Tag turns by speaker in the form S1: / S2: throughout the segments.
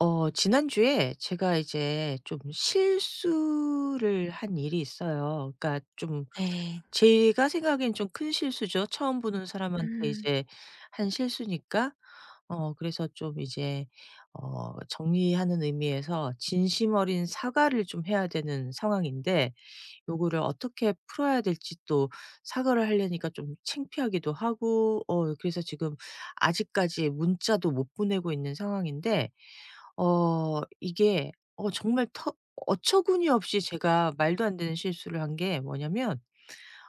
S1: 지난주에 제가 이제 좀 실수를 한 일이 있어요. 그러니까 좀
S2: 네.
S1: 제가 생각엔 좀 큰 실수죠. 처음 보는 사람한테
S2: 음.
S1: 이제 한 실수니까. 그래서 좀 이제 정리하는 의미에서 진심 어린 사과를 좀 해야 되는 상황인데 요거를 어떻게 풀어야 될지 또 사과를 하려니까 좀 창피하기도 하고 그래서 지금 아직까지 문자도 못 보내고 있는 상황인데 어 이게 어 정말 터 어처구니 없이 제가 말도 안 되는 실수를 한 게 뭐냐면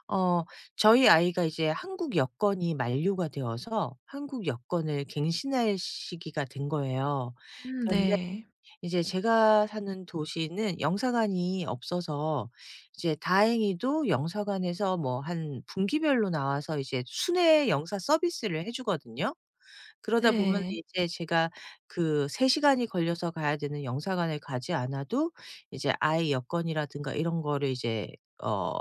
S1: 어 저희 아이가 이제 한국 여권이 만료가 되어서 한국 여권을 갱신할 시기가 된 거예요. 그런데
S2: 네.
S1: 이제 제가 사는 도시는 영사관이 없어서 이제 다행히도 영사관에서 뭐 한 분기별로 나와서 이제 순회 영사 서비스를 해 주거든요. 그러다 보면
S2: 네.
S1: 이제 제가 그 3 시간이 걸려서 가야 되는 영사관에 가지 않아도 이제 아이 여건이라든가 이런 거를 이제 어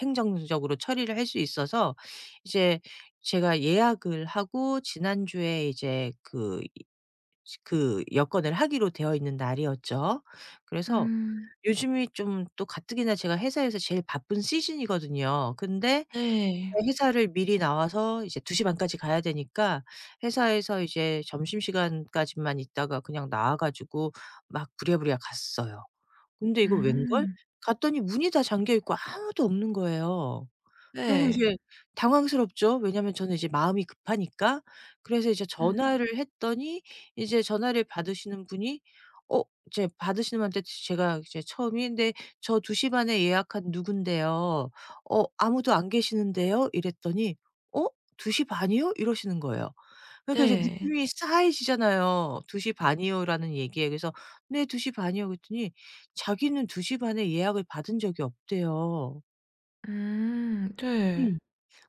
S1: 행정적으로 처리를 할 수 있어서 이제 제가 예약을 하고 지난주에 이제 그 이 그 여건을 하기로 되어 있는 날이었죠. 그래서
S2: 음
S1: 요즘이 좀 또 가뜩이나 제가 회사에서 제일 바쁜 시즌이거든요. 근데
S2: 네.
S1: 네, 회사를 미리 나와서 이제 2시 반까지 가야 되니까 회사에서 이제 점심시간까지만 있다가 그냥 나와 가지고 막 부랴부랴 갔어요. 근데 이거 웬걸?
S2: 음
S1: 갔더니 문이 다 잠겨 있고 아무도 없는 거예요. 그래서
S2: 네.
S1: 이제 당황스럽죠. 왜냐하면 저는 이제 마음이 급하니까. 그래서 이제
S2: 음
S1: 전화를 했더니 이제 전화를 받으시는 분이 어 이제 받으시는 분한테 제가 이제 처음이 "근데 저2시 반에 예약한 누군데요. 어 아무도 안 계시는데요." 이랬더니 "어 2시 반이요?" 이러시는 거예요. 그러니까 이제
S2: 네.
S1: 느낌이 싸해지잖아요. 2시 반이요."라는 얘기에. 그래서 "네 2시 반이요." 그랬더니 자기는 2시 반에 예약을 받은 적이 없대요.
S2: 네.
S1: 음.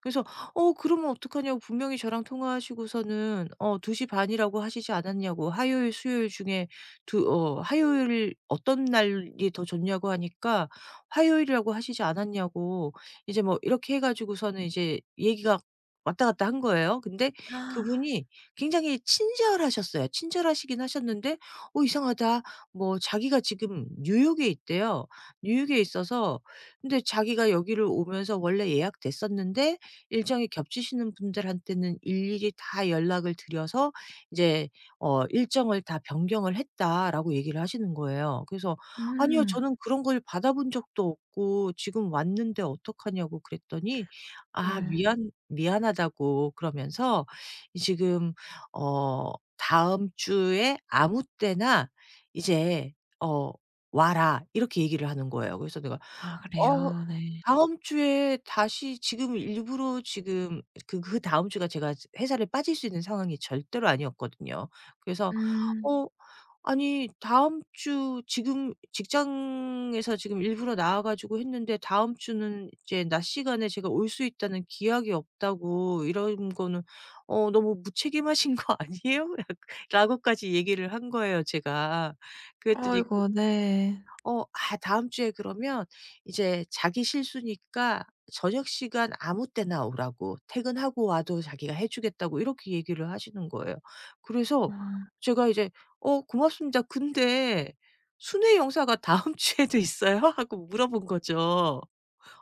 S1: 그래서 "어 그러면 어떡하냐."고 분명히 저랑 통화하시고서는 어2시 반 이라고 하시지 않았냐."고 "화요일, 수요일 중에 두 어 화요일 어떤 날이 더 좋냐."고 하니까 "화요일이라고 하시지 않았냐."고 이제 뭐 이렇게 해 가지고서는 이제 얘기가 왔다 갔다 한 거예요. 근데
S2: 아
S1: 그분이 굉장히 친절하셨어요. 친절하시긴 하셨는데 "어 이상하다." 뭐 자기가 지금 뉴욕에 있대요. 뉴욕에 있어서 근데 자기가 여기를 오면서 원래 예약됐었는데 일정이 겹치시는 분들한테는 일일이 다 연락을 드려서 이제 "일정을 다 변경을 했다."라고 얘기를 하시는 거예요. 그래서 "아니요.
S2: 음
S1: 저는 그런 걸 받아본 적도 없고 지금 왔는데 어떡하냐."고 그랬더니 "아
S2: 네.
S1: 미안하다."고 그러면서 지금 "다음 주에 아무 때나 이제 어 와라." 이렇게 얘기를 하는 거예요. 그래서 내가
S2: 아
S1: 어
S2: 그래요? 네.
S1: 다음 주에 다시 지금 일부러 지금 그 그다음 주가 제가 회사를 빠질 수 있는 상황이 절대로 아니었거든요. 그래서
S2: 음.
S1: 어 아니 다음 주 지금 직장에서 지금 일부러 나와 가지고 했는데 다음 주는 이제 낮 시간에 제가 올 수 있다는 기약이 없다고 이런 거는 "어 너무 무책임하신 거 아니에요?" 약 라고까지 얘기를 한 거예요 제가. 그랬더니
S2: 아이고 네.
S1: 아 다음 주에 그러면 이제 자기 실수니까 저녁 시간 아무 때나 오라고 퇴근하고 와도 자기가 해 주겠다고 이렇게 얘기를 하시는 거예요. 그래서
S2: 아
S1: 제가 이제 "어 고맙습니다. 근데 순회 영사가 다음 주에도 있어요?" 하고 물어본 거죠.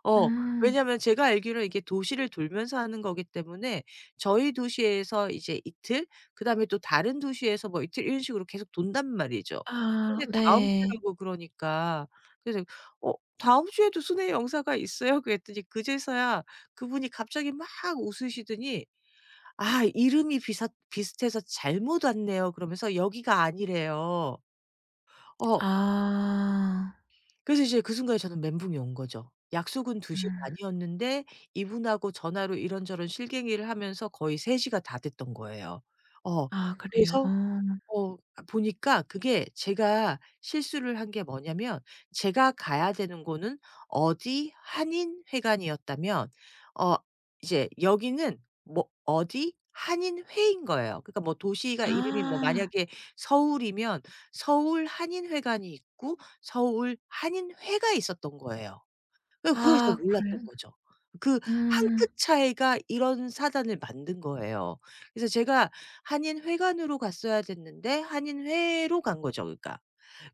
S1: 어.
S2: 음.
S1: 왜냐하면 제가 알기로는 이게 도시를 돌면서 하는 거기 때문에 저희 도시에서 이제 이틀 그다음에 또 다른 도시에서 뭐 이틀 이런 식으로 계속 돈단 말이죠.
S2: 아
S1: 근데 다음
S2: 네.
S1: 주라고 그러니까 그래서 "어 다음 주에도 순회 영사가 있어요?" 그랬더니 그제서야 그분이 갑자기 막 웃으시더니 "아 이름이 비슷해서 잘못 왔네요." 그러면서 여기가 아니래요. 어.
S2: 아.
S1: 그래서 이제 그 순간에 저는 멘붕이 온 거죠. 약속은 2시
S2: 음.
S1: 반 이었는데 이분하고 전화로 이런저런 실갱이를 하면서 거의 3 시가 다 됐던 거예요. 어
S2: 아 그래요? 어.
S1: 그래서 아 보니까 그게 제가 실수를 한 게 뭐냐면 제가 가야 되는 곳은 어디 한인회관이었다면 어 이제 여기는 뭐 어디 한인회인 거예요. 그러니까 뭐 도시가 이름이 뭐
S2: 아.
S1: 만약에 서울이면 서울 한인회관이 있고 서울 한인회가 있었던 거예요. 예, 그걸 제가
S2: 아 그래요?
S1: 몰랐던 거죠. 그 한
S2: 음.
S1: 끗 차이가 이런 사단을 만든 거예요. 그래서 제가 한인회관으로 갔어야 됐는데 한인회로 간 거죠 그러니까.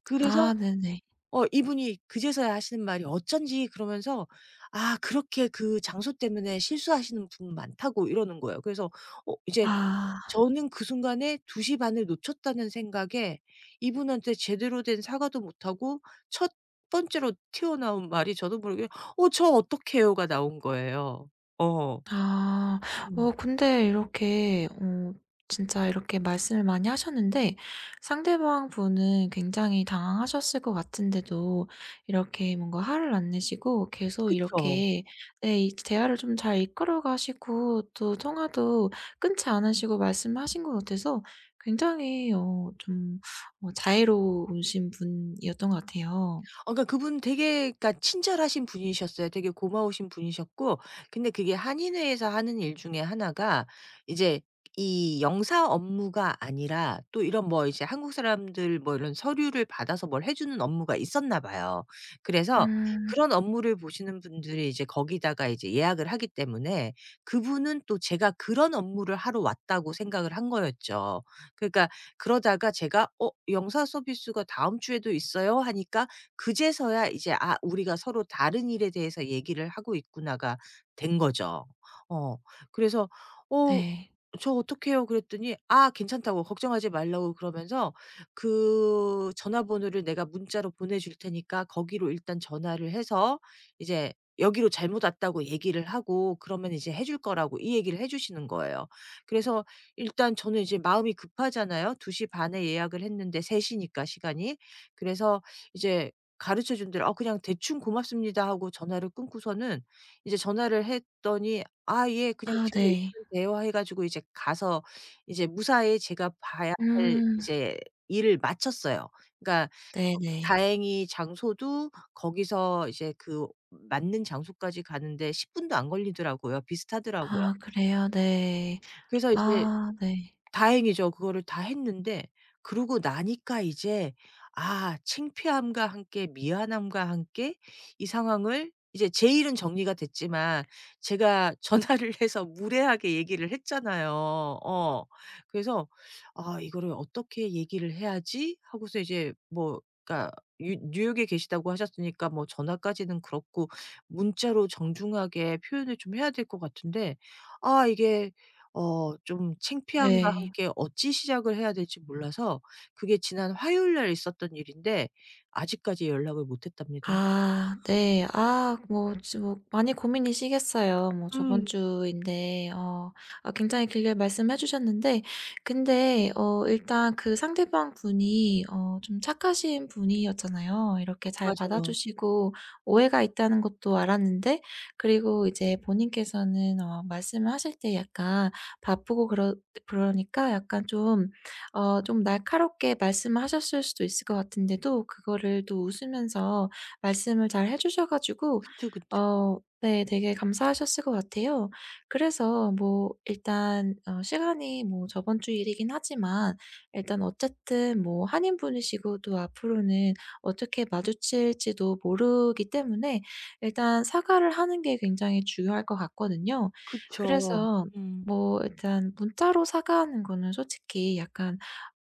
S1: 그래서
S2: 아 네네.
S1: 이분이 그제서야 하시는 말이 어쩐지 그러면서 "아 그렇게 그 장소 때문에 실수하시는 분 많다."고 이러는 거예요. 그래서 이제
S2: 아.
S1: 저는 그 순간에 2시 반을 놓쳤다는 생각에 이분한테 제대로 된 사과도 못하고 첫 번째로 튀어나온 말이 저도 모르게 "어 저 어떡해요?"가 나온 거예요. 어.
S2: 아.
S1: 음.
S2: 근데 이렇게 진짜 이렇게 말씀을 많이 하셨는데 상대방 분은 굉장히 당황하셨을 것 같은데도 이렇게 뭔가 화를 안 내시고 계속
S1: 그쵸.
S2: 이렇게, 네, 이 대화를 좀 잘 이끌어 가시고 또 통화도 끊지 않으시고 말씀하신 것 같아서 굉장히 좀 자애로우신 분이었던 것 같아요.
S1: 그러니까 그분 되게 그러니까 친절하신 분이셨어요. 되게 고마우신 분이셨고 근데 그게 한인회에서 하는 일 중에 하나가 이제 이 영사 업무가 아니라 또 이런 뭐 이제 한국 사람들 뭐 이런 서류를 받아서 뭘 해 주는 업무가 있었나 봐요. 그래서
S2: 음.
S1: 그런 업무를 보시는 분들이 이제 거기다가 이제 예약을 하기 때문에 그분은 또 제가 그런 업무를 하러 왔다고 생각을 한 거였죠. 그러니까 그러다가 제가 "어 영사 서비스가 다음 주에도 있어요." 하니까 그제서야 이제 '아 우리가 서로 다른 일에 대해서 얘기를 하고 있구나.'가 된 거죠. 어 그래서 "어
S2: 네.
S1: 저 어떡해요?" 그랬더니 "아 괜찮다."고 "걱정하지 말라."고 그러면서 "그 전화번호를 내가 문자로 보내 줄 테니까 거기로 일단 전화를 해서 이제 여기로 잘못 왔다고 얘기를 하고 그러면 이제 해줄 거라."고 이 얘기를 해 주시는 거예요. 그래서 일단 저는 이제 마음이 급하잖아요. 두 시 반에 예약을 했는데 세 시니까 시간이. 그래서 이제 가르쳐 준 대로 "아 그냥 대충 고맙습니다." 하고 전화를 끊고서는 이제 전화를 했더니 "아 예. 그냥
S2: 아
S1: 지금
S2: 네.
S1: 오시면 돼요." 해 가지고 이제 가서 이제 무사히 제가 봐야 할
S2: 음.
S1: 이제 일을 마쳤어요. 그러니까
S2: 네네.
S1: 다행히 장소도 거기서 이제 그 맞는 장소까지 가는데 10 분도 안 걸리더라고요. 비슷하더라고요.
S2: 아 그래요? 네.
S1: 그래서 이제
S2: 아 네.
S1: 다행이죠. 그거를 다 했는데 그러고 나니까 이제 아 창피함과 함께 미안함과 함께 이 상황을 이제 제 일은 정리가 됐지만 제가 전화를 해서 무례하게 얘기를 했잖아요. 어. 그래서 '아 이거를 어떻게 얘기를 해야지?' 하고서 이제 뭐 그러니까 뉴 뉴욕에 계시다고 하셨으니까 뭐 전화까지는 그렇고 문자로 정중하게 표현을 좀 해야 될 것 같은데 아 이게 좀 창피함과
S2: 네.
S1: 함께 어찌 시작을 해야 될지 몰라서 그게 지난 화요일 날 있었던 일인데 아직까지 연락을 못 했답니다.
S2: 아 네. 아 뭐 지 뭐 많이 고민이시겠어요. 뭐 저번
S1: 음,
S2: 주인데. 아 굉장히 길게 말씀해 주셨는데, 근데 일단 그 상대방 분이 좀 착하신 분이었잖아요. 이렇게 잘 받아
S1: 맞아요.
S2: 주시고 오해가 있다는 것도 알았는데, 그리고 이제 본인께서는 말씀을 하실 때 약간 바쁘고 그러니까 약간 좀, 좀 날카롭게 말씀을 하셨을 수도 있을 것 같은데도 그거를 또 웃으면서 말씀을 잘 해 주셔 가지고
S1: 그쵸, 그쵸.
S2: 네, 되게 감사하셨을 것 같아요. 그래서 뭐 일단 시간이 뭐 저번 주 일이긴 하지만 일단 어쨌든 뭐 한인분이시고 또 앞으로는 어떻게 마주칠지도 모르기 때문에 일단 사과를 하는 게 굉장히 중요할 것 같거든요.
S1: 그쵸.
S2: 그래서
S1: 음.
S2: 뭐 일단 문자로 사과하는 거는 솔직히 약간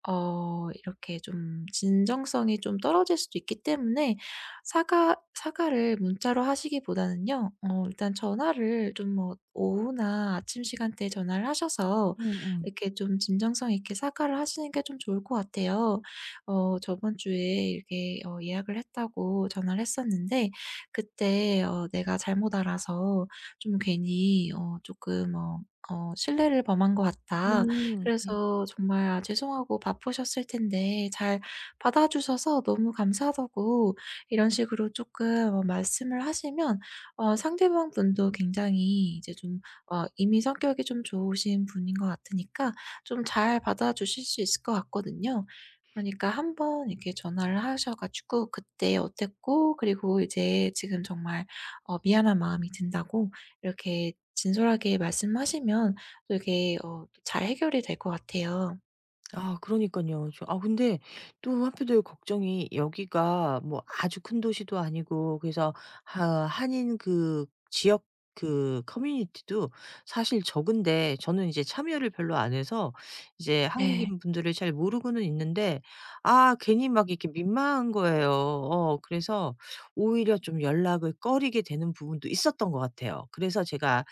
S2: 이렇게 좀 진정성이 좀 떨어질 수도 있기 때문에, 사과를 문자로 하시기보다는요. 일단 전화를 좀 뭐 오후나 아침 시간대에 전화를 하셔서
S1: 음음.
S2: 이렇게 좀 진정성 있게 사과를 하시는 게 좀 좋을 것 같아요. "저번 주에 이렇게 예약을 했다고 전화를 했었는데 그때 내가 잘못 알아서 좀 괜히 어금끔어 어 실례를 범한 것 같다.
S1: 음.
S2: 그래서 정말 아 죄송하고 바쁘셨을 텐데 잘 받아 주셔서 너무 감사하다고." 이런 식으로 조금 말씀을 하시면 상대방 분도 굉장히 이제 좀, 이미 성격이 좀 좋으신 분인 것 같으니까 좀 잘 받아주실 수 있을 것 같거든요. 그러니까 한번 이렇게 전화를 하셔 가지고 그때 어땠고 그리고 이제 지금 정말 미안한 마음이 든다고 이렇게 진솔하게 말씀하시면 또 이게 잘 해결이 될 것 같아요.
S1: 아 그러니까요 저 아 근데 또 한편으로 걱정이 여기가 뭐 아주 큰 도시도 아니고 그래서 하 한인 그 지역 그 커뮤니티도 사실 적은데 저는 이제 참여를 별로 안 해서 이제
S2: 네.
S1: 한국인 분들을 잘 모르고는 있는데 아 괜히 막 이렇게 민망한 거예요. 그래서 오히려 좀 연락을 꺼리게 되는 부분도 있었던 것 같아요. 그래서 제가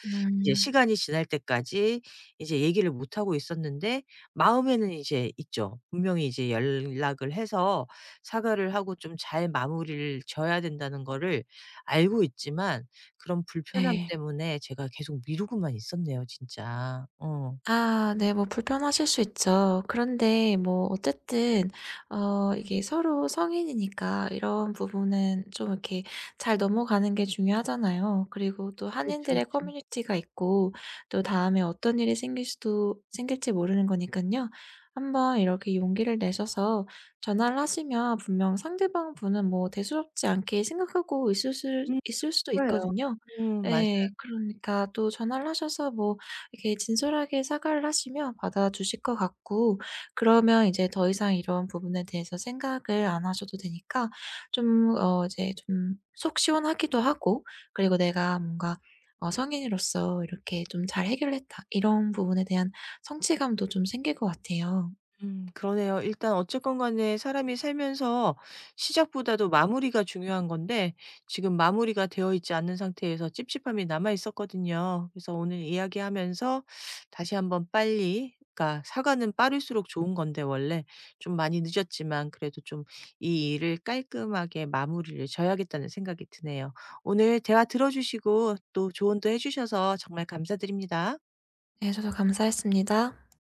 S1: 이제
S2: 음.
S1: 시간이 지날 때까지 이제 얘기를 못 하고 있었는데 마음에는 이제 있죠. 분명히 이제 연락을 해서 사과를 하고 좀 잘 마무리를 져야 된다는 거를 알고 있지만 그런 불편함
S2: 네.
S1: 때문에 제가 계속 미루고만 있었네요 진짜. 어.
S2: 아 네. 뭐 불편하실 수 있죠. 그런데 뭐 어쨌든 이게 서로 성인이니까 이런 부분은 좀 이렇게 잘 넘어가는 게 중요하잖아요. 그리고 또
S1: 그렇죠,
S2: 한인들의
S1: 그렇죠.
S2: 커뮤니티가 있고 또 다음에 어떤 일이 생길 수도 생길지 모르는 거니까요. 한번 이렇게 용기를 내셔서 전화를 하시면 분명 상대방 분은 뭐 대수롭지 않게 생각하고
S1: 음.
S2: 있을 수도
S1: 거예요.
S2: 있거든요.
S1: 음, 맞아요.
S2: 네, 그러니까 또 전화를 하셔서 뭐 이렇게 진솔하게 사과를 하시면 받아주실 것 같고, 그러면 이제 더 이상 이런 부분에 대해서 생각을 안 하셔도 되니까 좀, 이제 좀 속 시원하기도 하고, 그리고 '내가 뭔가 성인으로서 이렇게 좀 잘 해결했다.' 이런 부분에 대한 성취감도 좀 생길 것 같아요.
S1: 음, 그러네요. 일단 어쨌건 간에 사람이 살면서 시작보다도 마무리가 중요한 건데 지금 마무리가 되어 있지 않는 상태에서 찝찝함이 남아 있었거든요. 그래서 오늘 이야기하면서 다시 한번 빨리 그러니까 사과는 빠를수록 좋은 건데 원래 좀 많이 늦었지만 그래도 좀 이 일을 깔끔하게 마무리를 져야겠다는 생각이 드네요. 오늘 대화 들어 주시고 또 조언도 해 주셔서 정말 감사드립니다.
S2: 네. 저도 감사했습니다.